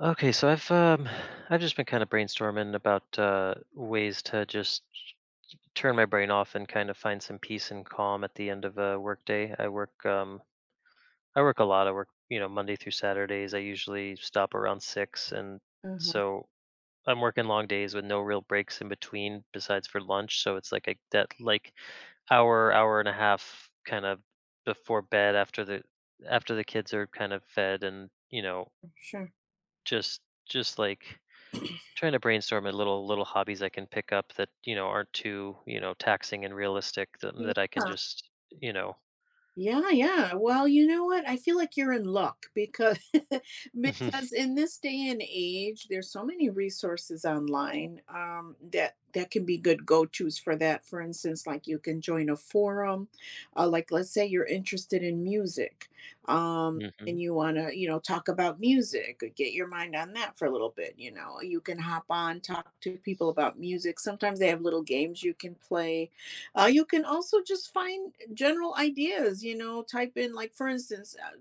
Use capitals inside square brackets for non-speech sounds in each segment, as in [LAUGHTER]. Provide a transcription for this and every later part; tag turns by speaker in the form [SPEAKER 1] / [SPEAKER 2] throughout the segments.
[SPEAKER 1] Okay, so I've just been kind of brainstorming about ways to just turn my brain off and kind of find some peace and calm at the end of a workday. I work a lot. I work, Monday through Saturdays. I usually stop around 6, and
[SPEAKER 2] Uh-huh.
[SPEAKER 1] so I'm working long days with no real breaks in between besides for lunch. So it's like that like hour, hour and a half kind of before bed after the kids are kind of fed, and
[SPEAKER 2] Sure.
[SPEAKER 1] just just like trying to brainstorm a little hobbies I can pick up that aren't too taxing and realistic that,
[SPEAKER 2] Yeah.
[SPEAKER 1] that I can just.
[SPEAKER 2] Yeah, yeah. Well, you know what? I feel like you're in luck because [LAUGHS]
[SPEAKER 1] [LAUGHS]
[SPEAKER 2] because in this day and age, there's so many resources online, that can be good go-tos for that. For instance, like you can join a forum, like let's say you're interested in music, um,
[SPEAKER 1] Mhm.
[SPEAKER 2] and you want to, you know, talk about music, or get your mind on that for a little bit. You know, you can hop on, talk to people about music. Sometimes they have little games you can play. You can also just find general ideas, you know, type in, like, for instance,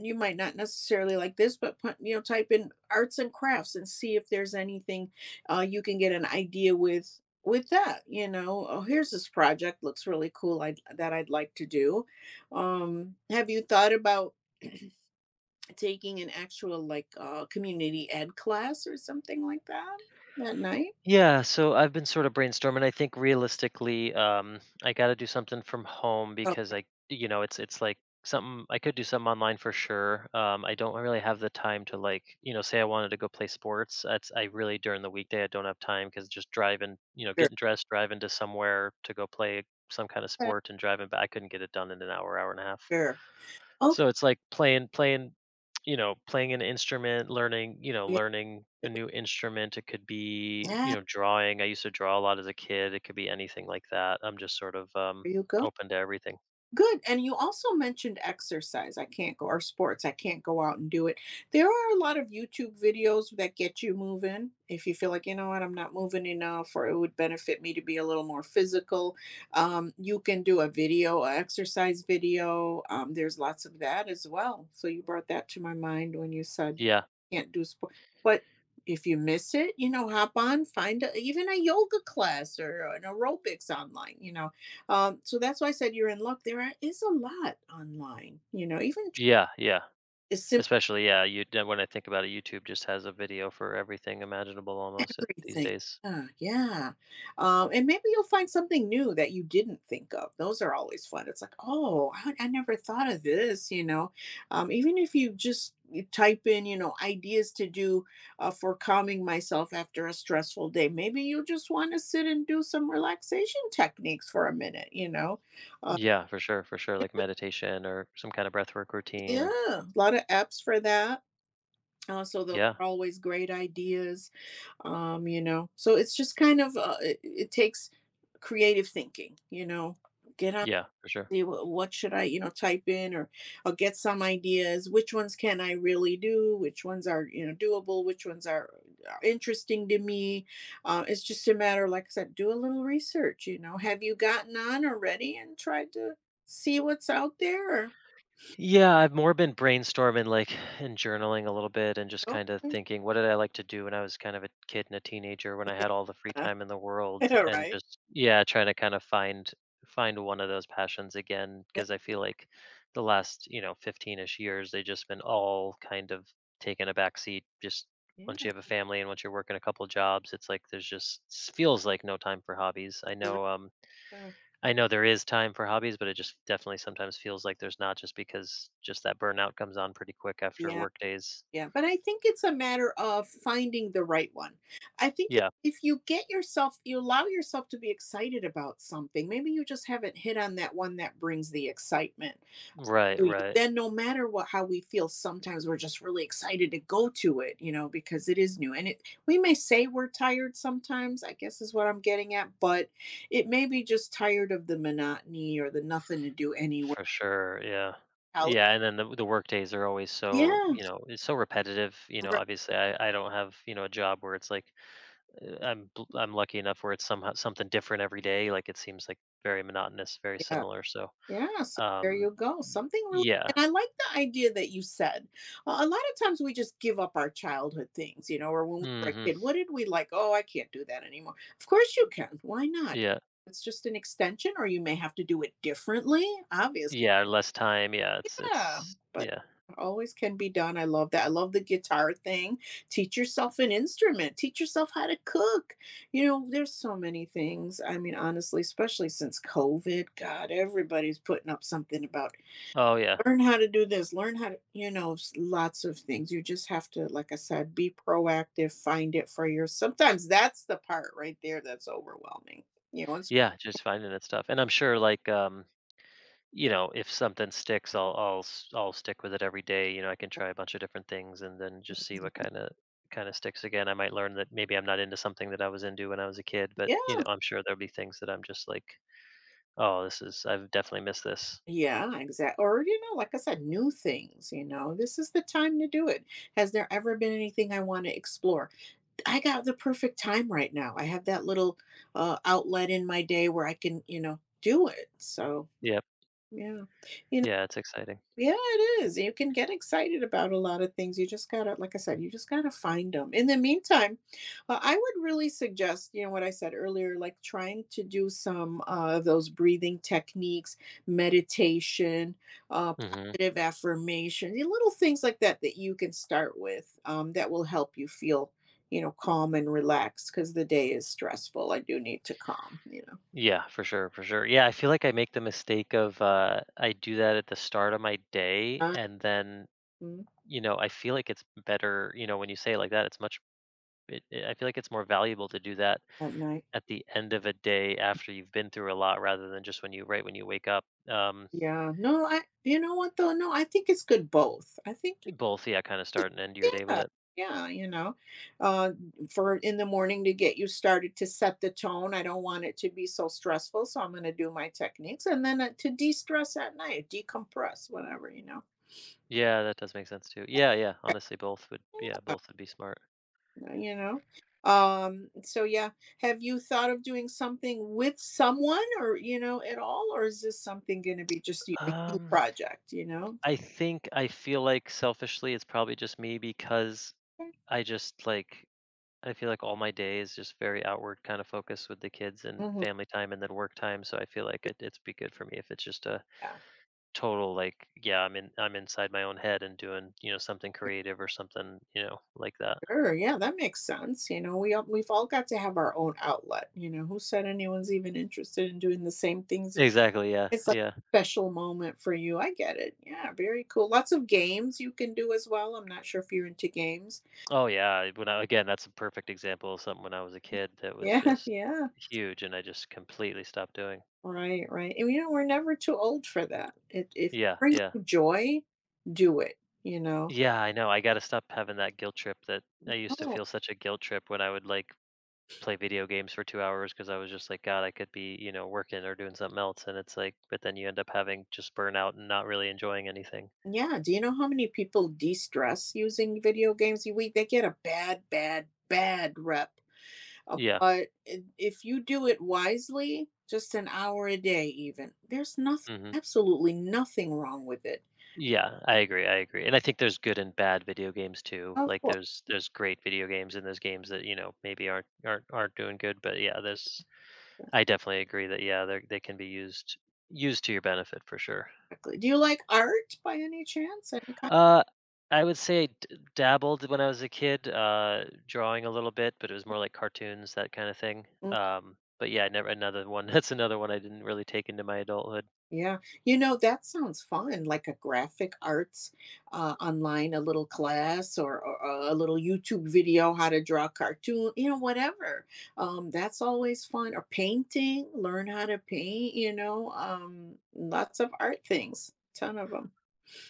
[SPEAKER 2] you might not necessarily like this, but put, you know, type in arts and crafts and see if there's anything you can get an idea with that. You know, oh, here's this project looks really cool. I that I'd like to do. Have you thought about [CLEARS THROAT] taking an actual like community ed class or something like that that night?
[SPEAKER 1] Yeah, so I've been sort of brainstorming. I think realistically, I got to do something from home
[SPEAKER 2] Oh,
[SPEAKER 1] because it's like something I could do, something online for sure. I don't really have the time to, like, say I wanted to go play sports. That's I really, during the weekday, I don't have time because just driving,
[SPEAKER 2] sure,
[SPEAKER 1] getting dressed, driving to somewhere to go play some kind of sport and driving back, I couldn't get it done in an hour, hour and a half.
[SPEAKER 2] sure. Okay,
[SPEAKER 1] So it's like playing an instrument, learning,
[SPEAKER 2] yeah,
[SPEAKER 1] learning a new instrument. It could be,
[SPEAKER 2] yeah.
[SPEAKER 1] drawing. I used to draw a lot as a kid. It could be anything like that. I'm just sort of
[SPEAKER 2] There you go.
[SPEAKER 1] open to everything.
[SPEAKER 2] Good, and you also mentioned exercise, I can't go or sports, I can't go out and do it. There are a lot of YouTube videos that get you moving if you feel like, "You know what, I'm not moving enough," or, "It would benefit me to be a little more physical." You can do a video, a exercise video. There's lots of that as well, so you brought that to my mind when you said
[SPEAKER 1] Yeah.
[SPEAKER 2] can't do sport. But if you miss it, you know, hop on, find a, even a yoga class or an aerobics online, you know. So that's why I said you're in luck. There are, is a lot online, you know, even
[SPEAKER 1] Yeah, yeah.
[SPEAKER 2] as simple.
[SPEAKER 1] Especially, yeah, you then when I think about it, YouTube just has a video for everything imaginable almost these
[SPEAKER 2] Everything.
[SPEAKER 1] days.
[SPEAKER 2] Yeah, yeah. And maybe you'll find something new that you didn't think of. Those are always fun. It's like, oh, I never thought of this, you know. Even if you type in, you know, ideas to do, for calming myself after a stressful day, maybe you just want to sit and do some relaxation techniques for a minute, you know. Uh,
[SPEAKER 1] Yeah, for sure, for sure. Like meditation or some kind of breathwork routine.
[SPEAKER 2] yeah, a lot of apps for that. So those
[SPEAKER 1] Yeah.
[SPEAKER 2] are always great ideas. You know, so it's just kind of it takes creative thinking, you know. Get on,
[SPEAKER 1] Yeah, for sure.
[SPEAKER 2] see what should I, you know, type in, or I'll get some ideas. Which ones can I really do? Which ones are, you know, doable? Which ones are interesting to me? It's just a matter, like I said, do a little research. You know, have you gotten on already and tried to see what's out there, or
[SPEAKER 1] Yeah, I've more been brainstorming, like, and journaling a little bit and just
[SPEAKER 2] oh,
[SPEAKER 1] kind of thinking what did I like to do when I was kind of a kid and a teenager when I had all the free
[SPEAKER 2] [LAUGHS]
[SPEAKER 1] time in the world,
[SPEAKER 2] yeah,
[SPEAKER 1] and
[SPEAKER 2] right.
[SPEAKER 1] just, yeah, trying to kind of find one of those passions again,
[SPEAKER 2] That-
[SPEAKER 1] because I feel like the last, 15ish years they just been all kind of taking a backseat. Just once you
[SPEAKER 2] yeah,
[SPEAKER 1] have a family and once you're working a couple jobs, it's like there's just feels like no time for hobbies. I
[SPEAKER 2] for
[SPEAKER 1] know,
[SPEAKER 2] sure.
[SPEAKER 1] I know there is time for hobbies, but it just definitely sometimes feels like there's not, just because just that burnout comes on pretty quick after
[SPEAKER 2] Yeah.
[SPEAKER 1] work days.
[SPEAKER 2] Yeah, but I think it's a matter of finding the right one. I think
[SPEAKER 1] Yeah.
[SPEAKER 2] if you get yourself, you allow yourself to be excited about something, maybe you just haven't hit on that one that brings the excitement.
[SPEAKER 1] Right,
[SPEAKER 2] So you-
[SPEAKER 1] right.
[SPEAKER 2] Then, no matter what, how we feel, sometimes we're just really excited to go to it, you know, because it is new. And it, we may say we're tired sometimes, I guess is what I'm getting at, but it may be just tired of the monotony or the nothing to do anyway.
[SPEAKER 1] For sure. Yeah.
[SPEAKER 2] How-
[SPEAKER 1] Yeah, and then the work days are always so,
[SPEAKER 2] Yeah.
[SPEAKER 1] it's so repetitive.
[SPEAKER 2] Right.
[SPEAKER 1] Obviously I don't have, a job where it's like I'm lucky enough where it's somehow something different every day, like it seems like very monotonous, very
[SPEAKER 2] Yeah.
[SPEAKER 1] similar. So,
[SPEAKER 2] Yeah, so there
[SPEAKER 1] um
[SPEAKER 2] you go.
[SPEAKER 1] y-
[SPEAKER 2] Something really,
[SPEAKER 1] yeah.
[SPEAKER 2] and I like the idea that you said. A lot of times we just give up our childhood things, you know, or when we were a
[SPEAKER 1] Mhm.
[SPEAKER 2] kid, what did we like? Oh, I can't do that anymore. Of course you can. Why not?
[SPEAKER 1] Yeah.
[SPEAKER 2] It's just an extension, or you may have to do it differently, obviously.
[SPEAKER 1] Yeah, less time. Yeah, it's
[SPEAKER 2] Yeah.
[SPEAKER 1] it's
[SPEAKER 2] But
[SPEAKER 1] yeah.
[SPEAKER 2] it always can be done. I love that. I love the guitar thing. Teach yourself an instrument. Teach yourself how to cook. You know, there's so many things. I mean, honestly, especially since COVID, God, everybody's putting up something about
[SPEAKER 1] Oh yeah.
[SPEAKER 2] learn how to do this, learn how to, you know, lots of things. You just have to, like I said, be proactive, find it for your, sometimes that's the part right there that's overwhelming, you know, it's
[SPEAKER 1] Yeah, just finding that stuff, and I'm sure, like, if something sticks, I'll stick with it every day. I can try a bunch of different things and then just see what kind of sticks again. I might learn that maybe I'm not into something that I was into when I was a kid, but
[SPEAKER 2] yeah,
[SPEAKER 1] I'm sure there'll be things that I'm just like, oh, this is I've definitely missed this.
[SPEAKER 2] yeah, exactly. Or you know, like I said, new things, you know, this is the time to do it. Has there ever been anything I want to explore? I got the perfect time right now. I have that little outlet in my day where I can, you know, do it. So
[SPEAKER 1] Yep.
[SPEAKER 2] yeah, you.
[SPEAKER 1] Yeah, it's exciting.
[SPEAKER 2] Yeah, it is. You can get excited about a lot of things. You just gotta, like I said, you just gotta find them. In the meantime, I would really suggest, you know, what I said earlier, like trying to do some, of those breathing techniques, meditation, uh,
[SPEAKER 1] Hmm.
[SPEAKER 2] positive affirmation, the little things like that that you can start with, that will help you feel, you know, calm and relaxed because the day is stressful. I do need to calm, you know.
[SPEAKER 1] Yeah, for sure, for sure. Yeah, I feel like I make the mistake of, I do that at the start of my day,
[SPEAKER 2] Uh,
[SPEAKER 1] and then
[SPEAKER 2] mm,
[SPEAKER 1] I feel like it's better. When you say it like that, it's much. I feel like it's more valuable to do that
[SPEAKER 2] At night.
[SPEAKER 1] at the end of a day after you've been through a lot rather than just when you right when you wake up.
[SPEAKER 2] Yeah, no, I, you know what though? No, I think it's good both. I think y-
[SPEAKER 1] Both, yeah, kind of start and end your day with
[SPEAKER 2] yeah,
[SPEAKER 1] it.
[SPEAKER 2] yeah, you know, uh, for in the morning to get you started, to set the tone. I don't want it to be so stressful, so I'm going to do my techniques, and then to de-stress at night, decompress, whatever, you know.
[SPEAKER 1] Yeah, that does make sense too. Yeah, yeah.
[SPEAKER 2] Okay.
[SPEAKER 1] Honestly,
[SPEAKER 2] Yeah,
[SPEAKER 1] both would be smart.
[SPEAKER 2] you know, so yeah, have you thought of doing something with someone, or you know, at all, or is this something going to be just a you
[SPEAKER 1] Um,
[SPEAKER 2] project? You know?
[SPEAKER 1] I feel like selfishly it's probably just me because I just like I feel like all my day is just very outward kind of focus with the kids and
[SPEAKER 2] Mhm.
[SPEAKER 1] family time and then work time. So I feel like it's be good for me if it's just a
[SPEAKER 2] Yeah.
[SPEAKER 1] total, like, yeah, I'm inside my own head and doing, something creative or something, like that.
[SPEAKER 2] Sure, yeah, that makes sense, you know, we've all got to have our own outlet, you know, who said anyone's even interested in doing the same things?
[SPEAKER 1] Exactly, yeah,
[SPEAKER 2] It's like
[SPEAKER 1] yeah.
[SPEAKER 2] a special moment for you, I get it, yeah, very cool, lots of games you can do as well, I'm not sure if you're into games.
[SPEAKER 1] Oh yeah, when I again, that's a perfect example of something. When I was a kid that was
[SPEAKER 2] Yeah, [LAUGHS]
[SPEAKER 1] just
[SPEAKER 2] yeah,
[SPEAKER 1] huge, and I just completely stopped doing.
[SPEAKER 2] right, right, and, you know, we're never too old for that, it if it
[SPEAKER 1] Yeah,
[SPEAKER 2] brings
[SPEAKER 1] yeah,
[SPEAKER 2] you joy, do it, you know?
[SPEAKER 1] yeah, I know I gotta stop having that guilt trip that I used to
[SPEAKER 2] Oh,
[SPEAKER 1] feel. Such a guilt trip when I would, like, play video games for 2 hours, because I was just like, god, I could be, working or doing something else. And it's like, but then you end up having just burnout and not really enjoying anything.
[SPEAKER 2] yeah, do you know how many people de-stress using video games? You we They get a bad, bad, bad rep.
[SPEAKER 1] Yeah.
[SPEAKER 2] But if you do it wisely, just an hour a day, even, there's nothing,
[SPEAKER 1] Hmm.
[SPEAKER 2] absolutely nothing wrong with it.
[SPEAKER 1] Yeah, I agree, and I think there's good and bad video games too.
[SPEAKER 2] Of
[SPEAKER 1] Like
[SPEAKER 2] course.
[SPEAKER 1] there's great video games, and there's games that, maybe aren't doing good, but yeah, there's I definitely agree that yeah, they can be used to your benefit for sure.
[SPEAKER 2] Exactly. Do you like art by any chance? Any kind?
[SPEAKER 1] Uh I would say I dabbled when I was a kid, drawing a little bit, but it was more like cartoons, that kind of thing.
[SPEAKER 2] Mm,
[SPEAKER 1] But yeah, I never another one. [LAUGHS] That's another one I didn't really take into my adulthood.
[SPEAKER 2] Yeah. You know, that sounds fun, like a graphic arts online, a little class, or a little YouTube video, how to draw a cartoon, you know, whatever. That's always fun. Or painting, learn how to paint, you know, lots of art things, ton of them.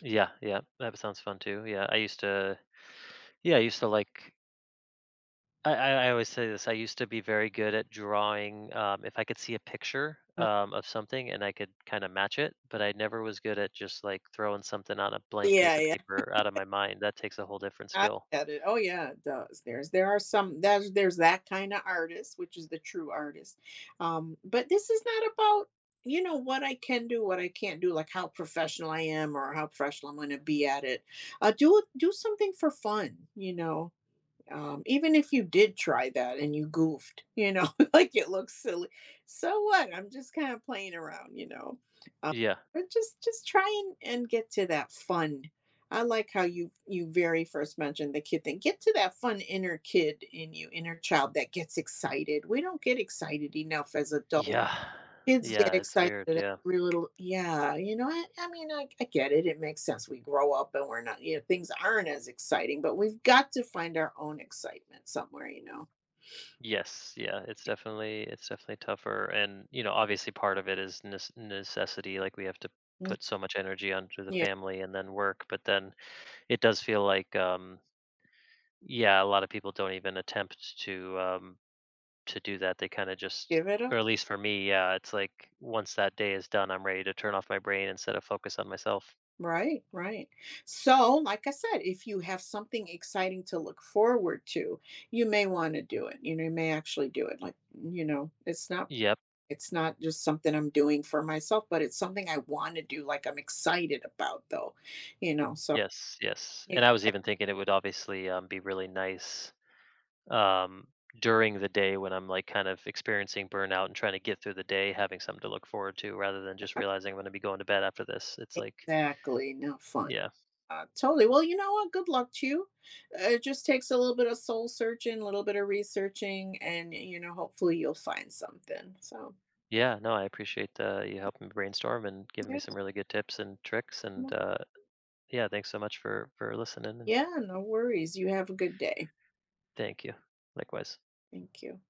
[SPEAKER 1] Yeah, yeah. That sounds fun too. Yeah, I used to like I always say this. I used to be very good at drawing, if I could see a picture, of something and I could kinda match it, but I never was good at just, like, throwing something on a blank piece
[SPEAKER 2] Yeah,
[SPEAKER 1] of
[SPEAKER 2] yeah.
[SPEAKER 1] paper out of my mind. That takes a whole different
[SPEAKER 2] I
[SPEAKER 1] skill.
[SPEAKER 2] get it. Oh yeah, it does. There are some, there's that kind of artist, which is the true artist. But this is not about, you know, what I can do, what I can't do, like how professional I am or how professional I'm gonna be at it. Do something for fun, you know. Even if you did try that and you goofed, you know, [LAUGHS] like it looks silly. So what? I'm just kind of playing around, you know. Um,
[SPEAKER 1] Yeah.
[SPEAKER 2] but just try and get to that fun. I like how you very first mentioned the kid thing. Get to that fun inner kid in you, inner child that gets excited. We don't get excited enough as adults.
[SPEAKER 1] Yeah.
[SPEAKER 2] Kids get
[SPEAKER 1] Yeah, it's
[SPEAKER 2] excited
[SPEAKER 1] weird,
[SPEAKER 2] at
[SPEAKER 1] yeah.
[SPEAKER 2] every little yeah, you know, I mean, I get it, it makes sense. We grow up and we're not, you know, things aren't as exciting, but we've got to find our own excitement somewhere, you know?
[SPEAKER 1] Yes, yeah, it's definitely tougher, and, you know, obviously part of it is nes necessity, like, we have to
[SPEAKER 2] Mm.
[SPEAKER 1] put so much energy onto the
[SPEAKER 2] Yeah,
[SPEAKER 1] family and then work, but then it does feel like, yeah, a lot of people don't even attempt to do that. They kind of just,
[SPEAKER 2] give it up.
[SPEAKER 1] or at least for me, yeah, it's like once that day is done, I'm ready to turn off my brain instead of focus on myself.
[SPEAKER 2] Right, right. So, like I said, if you have something exciting to look forward to, you may wanna do it, you know, you may actually do it, like, you know, it's not,
[SPEAKER 1] Yep.
[SPEAKER 2] it's not just something I'm doing for myself, but it's something I wanna do, like, I'm excited about, though, you know, so
[SPEAKER 1] Yes, yes.
[SPEAKER 2] yeah.
[SPEAKER 1] And I was even thinking it would obviously, be really nice, um during the day when I'm, like, kind of experiencing burnout and trying to get through the day, having something to look forward to rather than just realizing I'm going to be going to bed after this. It's like,
[SPEAKER 2] Exactly, no fun.
[SPEAKER 1] yeah.
[SPEAKER 2] Totally. Well, you know what? Good luck to you. It just takes a little bit of soul searching, a little bit of researching, and you know, hopefully you'll find something. So,
[SPEAKER 1] Yeah, no, I appreciate, you helping me brainstorm and giving me
[SPEAKER 2] yeah,
[SPEAKER 1] some really good tips and tricks, and
[SPEAKER 2] no-
[SPEAKER 1] yeah, thanks so much for listening, and
[SPEAKER 2] yeah, no worries. You have a good day.
[SPEAKER 1] thank you. Likewise.
[SPEAKER 2] Thank you.